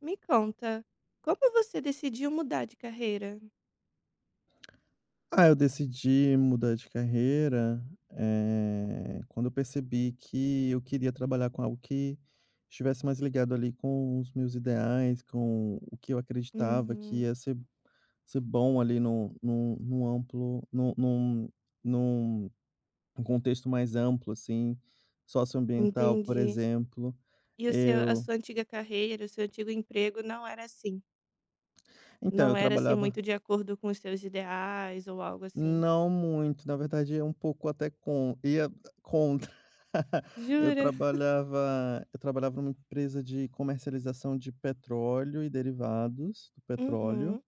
Me conta, como você decidiu mudar de carreira? Ah, eu decidi mudar de carreira, quando eu percebi que eu queria trabalhar com algo que estivesse mais ligado ali com os meus ideais, com o que eu acreditava que Uhum, ia ser bom ali num num num amplo num num num num contexto mais amplo, assim, socioambiental, por entendi. exemplo. E o seu a Eu sua antiga carreira, o seu antigo emprego não era assim? Então Não eu era, assim, trabalhava. muito de acordo com os seus ideais ou algo assim? Não muito, na verdade é um pouco até com ia contra. Eu Jura? trabalhava eu trabalhava numa empresa de comercialização de petróleo e derivados do petróleo, Uhum.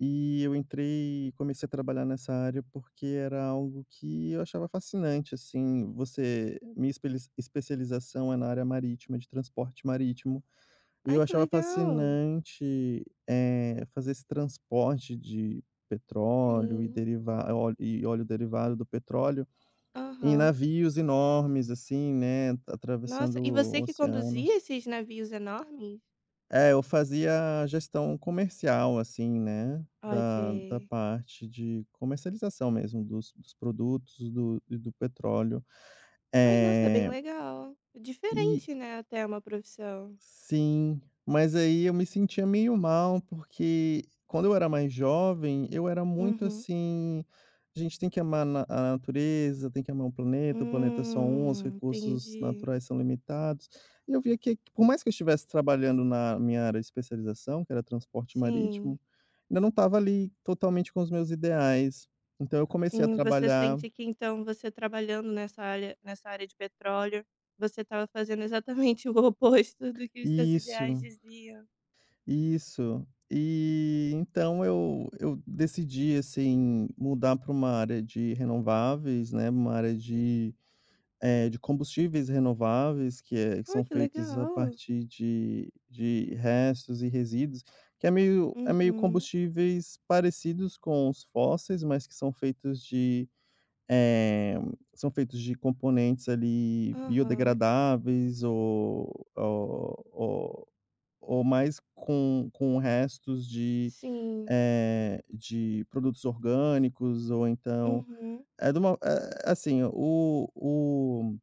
e eu entrei, comecei a trabalhar nessa área porque era algo que eu achava fascinante, assim. Você minha espeli especialização é na área marítima, de transporte marítimo. E Ai, eu que achava legal. fascinante, fazer esse transporte de petróleo e Sim. deriva é óleo e óleo derivado do petróleo em Aham. navios enormes, assim, né, Nossa, atravessando e você que conduzia oceanos. esses navios enormes? É, eu fazia gestão comercial, assim, né, Ok. da parte de comercialização mesmo dos produtos do petróleo. Mas, nossa, bem é legal. e Diferente, né, até uma profissão. Sim, mas aí eu me sentia meio mal, porque quando eu era mais jovem, eu era muito Uhum. assim: "A gente tem que amar na a natureza, tem que amar o planeta é só um, os recursos Entendi. naturais são limitados". E eu via que, por mais que eu estivesse trabalhando na minha área de especialização, que era transporte Sim, marítimo, ainda não estava ali totalmente com os meus ideais. Então eu comecei a sim. Você trabalhar sente que então você trabalhando nessa área de petróleo, você estava fazendo exatamente o oposto do que os seus ideais isso. diziam. Isso. E então eu decidi, assim, mudar para uma área de renováveis, né, uma área de, de combustíveis renováveis que Oh, são que feitos a legal. partir de restos e resíduos, que é meio, Uhum, combustíveis parecidos com os fósseis, mas que são feitos de, eh, são feitos de componentes ali aham. biodegradáveis ou ou mais com restos de, Sim, de produtos orgânicos, ou então uhum, é de uma é assim, o o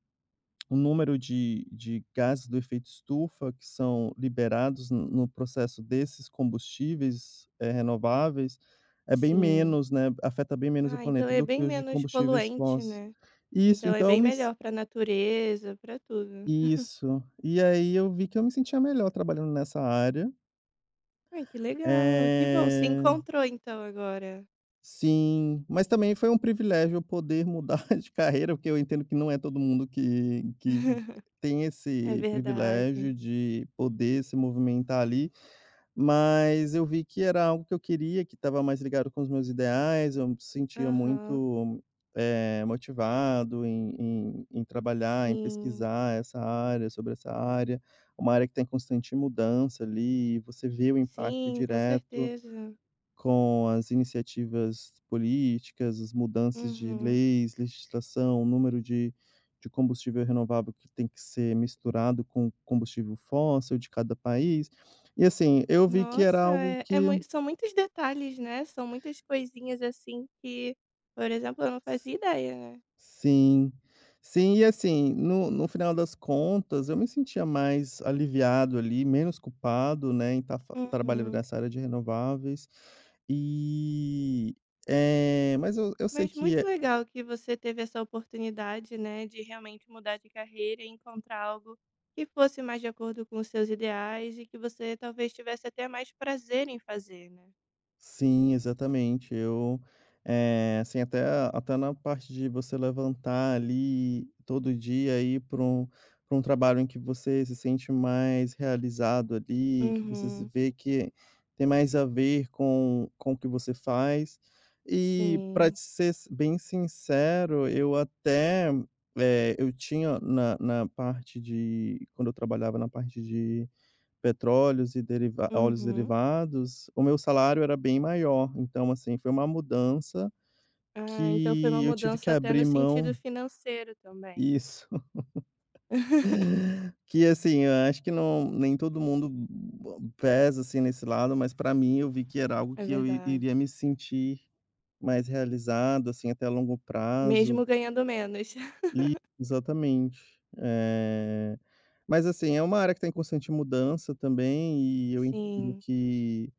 o número de gases do efeito estufa que são liberados no processo desses combustíveis, renováveis, é bem sim. menos, né, afeta bem menos o Ah, então planeta é do que bem os de menos combustíveis poluente, fósseis. né. Isso, Então é então eu bem me s melhor para a natureza, para tudo. Isso. E aí eu vi que eu me sentia melhor trabalhando nessa área. Ai, que legal, que bom, se Eh encontrou então agora. Sim, mas também foi um privilégio eu poder mudar de carreira, porque eu entendo que não é todo mundo que tem É esse privilégio verdade. de poder se movimentar ali, mas eu vi que era algo que eu queria, que estava mais ligado com os meus ideais. Eu me sentia Aham, muito, motivado em em trabalhar, em sim. pesquisar essa área, sobre essa área, uma área que tem constante mudança ali, e você vê o impacto Sim, com direto certeza. com as iniciativas políticas, as mudanças de Uhum. leis, legislação, o número de combustível renovável que tem que ser misturado com combustível fóssil de cada país. E, assim, eu vi que era Nossa, algo é é que. mui são muitos detalhes, né, são muitas coisinhas, assim, que, por exemplo, eu não fazia ideia, né. Sim, sim, e, assim, no final das contas, eu me sentia mais aliviado ali, menos culpado, né, em estar trabalhando Uhum. nessa área de renováveis. E, mas eu sei Mas que. muito legal que você teve essa oportunidade, né, de realmente mudar de carreira e encontrar algo que fosse mais de acordo com os seus ideais e que você talvez tivesse até mais prazer em fazer, né. Sim, exatamente. Eu, assim, até na parte de você levantar ali todo dia e ir para um trabalho em que você se sente mais realizado ali, que você se Uhum. vê que tem mais a ver com o que você faz. E para Sim. ser s bem sincero, eu até, eu tinha na parte de quando eu trabalhava na parte, petróleos e deriva óleos Uhum. derivados, o meu salário era bem maior. Então, assim, foi uma mudança Ah, então foi uma que eu tive que mudança até no abrir sentido mão. financeiro também. Isso. Que, assim, eu acho que não nem todo mundo pesa, assim, nesse lado, mas para mim eu vi que era algo É que eu i verdade. iria me sentir mais realizado, assim, até a longo prazo, Mesmo ganhando menos. e exatamente. Mas, assim, é uma área que está em constante mudança também, e eu entendo Sim. que.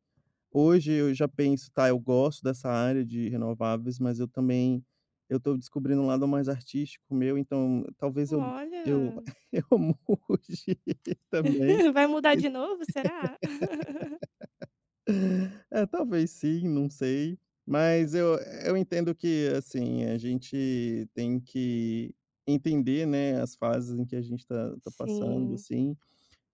Hoje eu já penso: "Tá, eu gosto dessa área de renováveis, mas eu também, eu estou descobrindo um lado mais artístico meu, então talvez eu Olha, eu mude também". vai mudar de novo, será? É, talvez sim, não sei, mas eu entendo que, assim, a gente tem que entender, né, as fases em que a gente está passando, Sim, assim.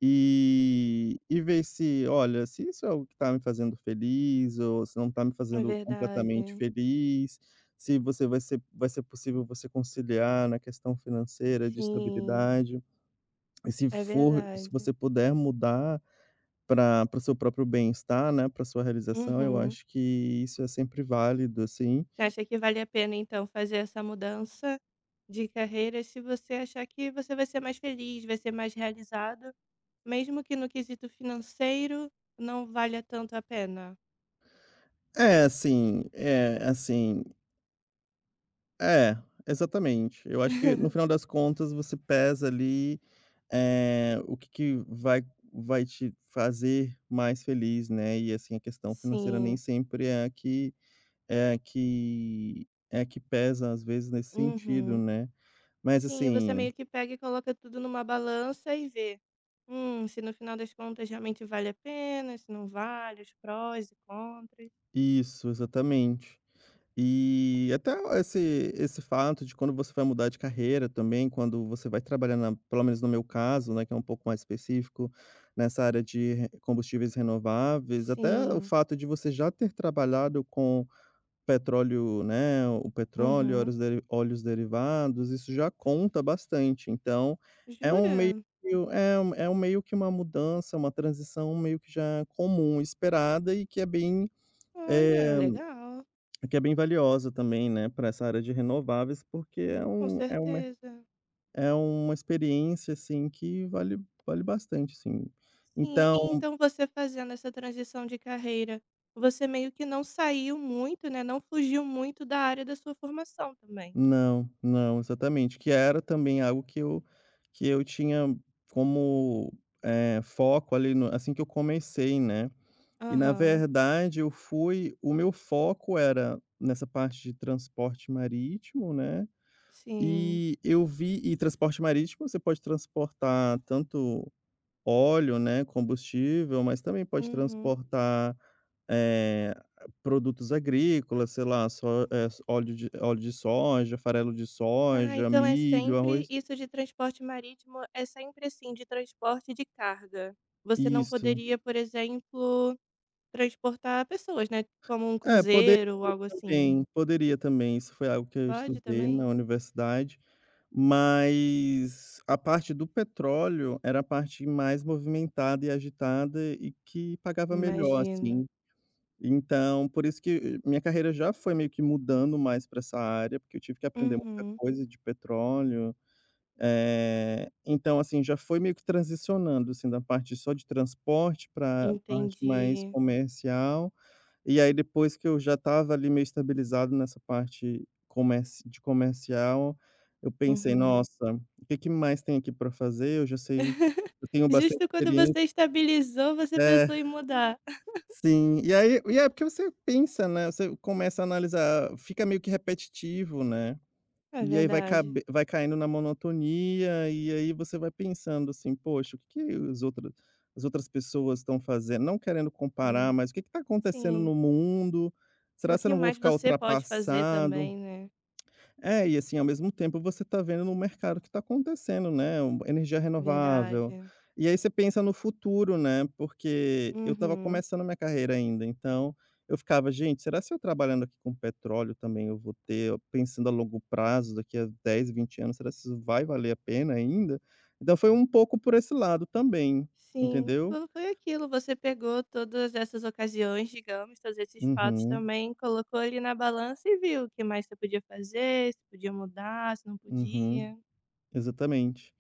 E ver se, olha, se isso é o que está me fazendo feliz ou se não está me é fazendo completamente verdade. feliz, se você vai ser possível você conciliar na questão financeira, de Sim, estabilidade, e é se verdade. você puder mudar para o seu próprio bem-estar, né, para sua realização, eu Uhum. acho que isso é sempre válido, assim. Você acha que vale a pena, então, fazer essa mudança de carreira se você achar que você vai ser mais feliz, vai ser mais realizado, mesmo que no quesito financeiro não valha tanto a pena? É, assim é, assim É, exatamente. Eu acho que no final das contas você pesa ali, o que que vai te fazer mais feliz, né. E, assim, a questão financeira nem Sim. sempre é a que, é a que pesa às vezes nesse sentido, Uhum. né. Mas Sim, você assim meio que pega e coloca tudo numa balança e vê, se no final das contas realmente vale a pena, se não vale, os prós e contras. isso, exatamente. E até esse fato de quando você vai mudar de carreira também, quando você vai trabalhar na, pelo menos no meu caso, né, que é um pouco mais específico, nessa área de re combustíveis renováveis, até o Sim. fato de você já ter trabalhado com petróleo, né, o petróleo, Uhum. Óleos derivados, isso já conta bastante. Então, é um meio Jura? É um meio, que uma mudança, uma transição meio que já comum, esperada e que é bem, Olha, eh legal. Que é bem valiosa também, né, para essa área de renováveis, porque Com certeza. é uma experiência, assim, que vale bastante, assim. Sim, e Então então você fazendo essa transição de carreira, você meio que não saiu muito, né? Não fugiu muito da área da sua formação também. não, não, exatamente, que era também algo que eu tinha como, foco ali no assim que eu comecei, né. E, na Aham. verdade, eu fui o meu foco era nessa parte de transporte marítimo, né, Sim. e eu vi, e transporte marítimo você pode transportar tanto óleo, né, combustível, mas também pode Uhum. transportar, eh, produtos agrícolas, sei lá, só, óleo de soja, farelo de Ah, soja, então é milho, sempre arroz. isso, de transporte marítimo é sempre, assim, de transporte de carga. Você não Isso. poderia, por exemplo, transportar pessoas, né, como um É, cruzeiro ou algo assim? Poderia também, isso foi algo que eu Pode estudei também? na universidade, mas a parte do petróleo era a parte mais movimentada e agitada e que pagava melhor, Imagino. assim. Então, por isso que minha carreira já foi meio que mudando mais para essa área, porque eu tive que aprender muita Uhum, coisa de petróleo, então, assim, já foi meio que transicionando, assim, da parte só de transporte pra parte mais entendi. comercial, e aí depois que eu já estava ali meio estabilizado nessa parte comerci de comercial, eu pensei: Uhum. "Nossa, o que que mais tem aqui para fazer? Eu já sei, eu tenho bastante Justo quando experiência". você estabilizou, você É. pensou em mudar. Sim, e aí, e é porque você pensa, né, você começa a analisar, fica meio que repetitivo, né, É e aí verdade. Vai caindo na monotonia, e aí você vai pensando assim: "Poxa, o que que os outros, as outras pessoas estão fazendo?", não querendo comparar, Hum, mas o que está acontecendo sim. no mundo? O Será que eu que não vou mais ficar você pode fazer ultrapassado? também, né? É, e, assim, ao mesmo tempo você está vendo no mercado o que está acontecendo, né, um, energia renovável. Verdade. E aí você pensa no futuro, né, porque eu estava Uhum. começando minha carreira ainda, então eu ficava: "Gente, será, se eu trabalhando aqui com petróleo também eu vou ter pensando a longo prazo, daqui a 10, 20 anos, será que isso vai valer a pena ainda?". Então foi um pouco por esse lado também, Sim, entendeu? fo foi aquilo, você pegou todas essas ocasiões, digamos, todos esses fatos Uhum, também, colocou ali na balança e viu o que mais você podia fazer, se podia mudar, se não uhum, podia. exatamente.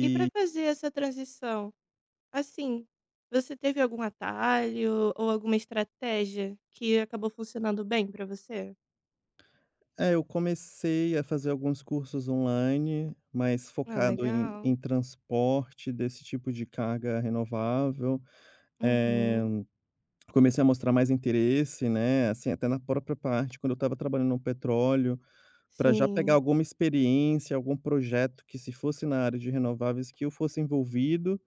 E para fazer essa transição, assim, você teve algum atalho ou alguma estratégia que acabou funcionando bem para você? É, eu comecei a fazer alguns cursos online, mas Ah, focado em legal. transporte desse tipo de carga renovável. Eh, Uhum. Comecei a mostrar mais interesse, né, assim, até na própria parte quando eu estava trabalhando no petróleo, para já pegar Sim. alguma experiência, algum projeto que, se fosse na área de renováveis, que eu fosse envolvido,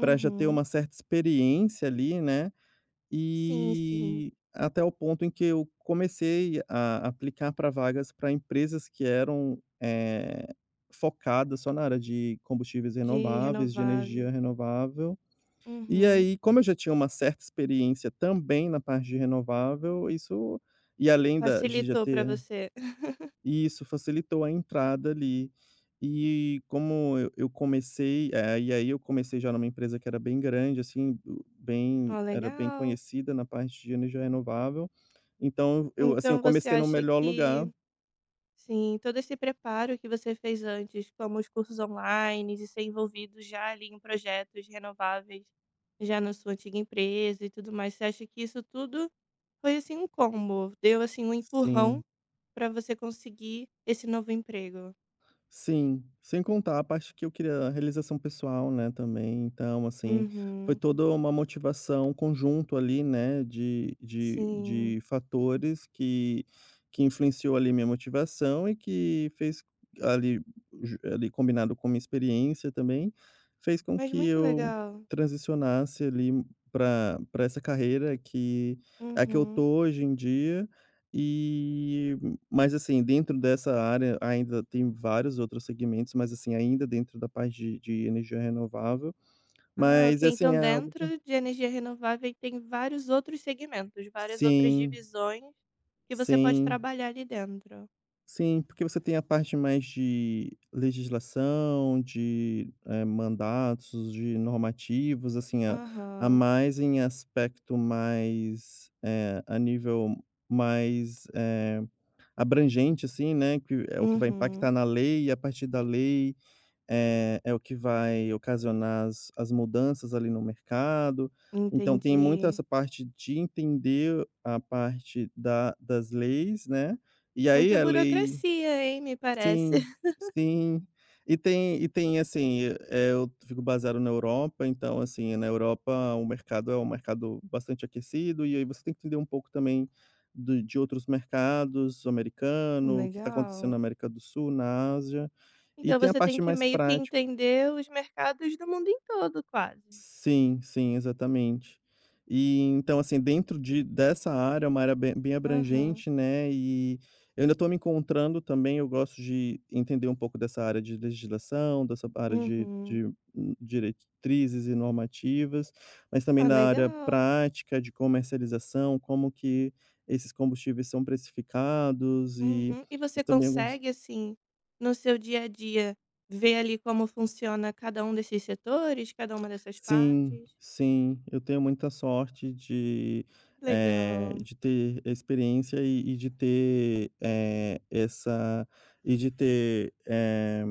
para já ter uma certa experiência ali, né. Sim, sim. E até o ponto em que eu comecei a aplicar para vagas, para empresas que eram, focadas só na área de combustíveis De renováveis, de renovável. energia renovável. E Uhum. aí, como eu já tinha uma certa experiência também na parte de renovável, isso, e além da de já Facilitou para ter você. e isso facilitou a entrada ali. E como eu comecei, eh, e aí eu comecei já numa empresa que era bem grande, assim, o bem, Ó, era bem legal. conhecida na parte de energia renovável, então eu, assim, eu Então você comecei no acha melhor lugar. que, sim, todo esse preparo que você fez antes, como os cursos online e ser envolvido já ali em projetos renováveis, já na sua antiga empresa e tudo mais, você acha que isso tudo foi assim um combo, deu assim um empurrão Sim. para você conseguir esse novo emprego? Sim, sem contar a parte que eu queria a realização pessoal, né, também, então, assim, foi Uhum, toda uma motivação, um conjunto ali, né, de de sim. de fatores que, influenciou ali minha motivação e que fez ali, ju ali combinado com minha experiência também, fez com Mas que muito eu legal. transicionasse ali para para essa carreira que é a que eu tô Uhum. hoje em dia, e, mas, assim, dentro dessa área ainda tem vários outros segmentos, mas, assim, ainda dentro da parte de energia renovável, Ah, ok. mas, assim, Então, é algo que eu. dentro de energia renovável, tem vários outros segmentos, várias outras Sim, divisões que você pode sim, trabalhar ali dentro. sim, porque você tem a parte mais de legislação, de, mandatos, de normativos, assim, a Aham. mais em aspecto mais, a nível mais, abrangente, assim, né, que é o que vai Uhum. impactar na lei, e a partir da lei. É o que vai ocasionar as mudanças ali no mercado. Então tem muito Entendi. essa parte de entender a parte da das leis, né. E aí Muita a lei. burocracia, hein? Me parece. Sim, sim. E tem, assim, eu fico baseado na Europa, então, assim, na Europa o mercado é um mercado bastante aquecido, e aí você tem que entender um pouco também do de outros mercados, americano, o que está acontecendo na Legal. América do Sul, na Ásia. E Então, tem a você tem parte que mais meio que prática. entender os mercados do mundo em todo, quase. Sim, sim, exatamente. E então, assim, dentro de dessa área, é uma área bem Aham. abrangente, né, e eu ainda estou me encontrando também. Eu gosto de entender um pouco dessa área de legislação, dessa área de Uhum. de hum, diretrizes e normativas, mas também Ah, da área legal. prática de comercialização, como que esses combustíveis são precificados, e Uhum. E você mas também algumas. consegue, assim, no seu dia a dia, ver ali como funciona cada um desses setores, cada uma dessas Sim, partes? sim, eu tenho muita sorte de, Legal. de ter experiência e de ter, essa, e de ter, eh,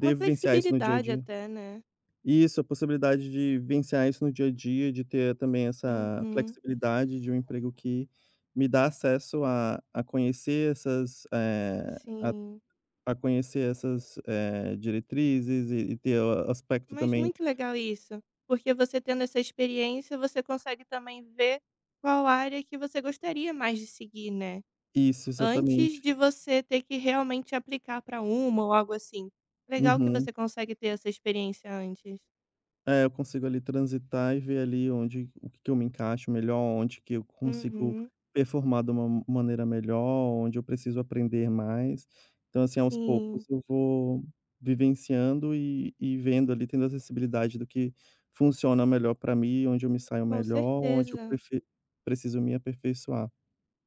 Uma vivenciar isso no dia a flexibilidade dia. até, né? Isso, a possibilidade de vivenciar isso no dia a dia, de ter também essa Uhum. flexibilidade de um emprego que me dá acesso a conhecer essas, Sim. Diretrizes, e ter o aspecto Mas também. muito legal isso, porque você tendo essa experiência, você consegue também ver qual área que você gostaria mais de seguir, né? Isso, exatamente. Antes de você ter que realmente aplicar para uma ou algo assim. Legal que Uhum. você consegue ter essa experiência antes. É, eu consigo ali transitar e ver ali onde, o que que eu me encaixo melhor, onde que eu consigo Uhum. performar de uma maneira melhor, onde eu preciso aprender mais. Então, assim, aos poucos Sim, eu vou vivenciando e vendo ali, tendo acessibilidade do que funciona melhor para mim, onde eu me saio com melhor, onde eu certeza. prefe preciso me aperfeiçoar.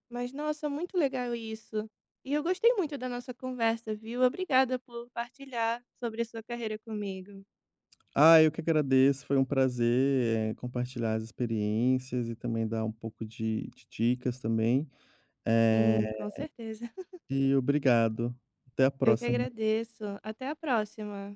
Mas nossa, muito legal isso. E eu gostei muito da nossa conversa, viu? Obrigada por partilhar sobre a sua carreira comigo. Ah, eu que agradeço, foi um prazer, compartilhar as experiências e também dar um pouco de dicas também. Eh Sim, com certeza. E obrigado. Até a Eu que próxima. agradeço. Até a próxima.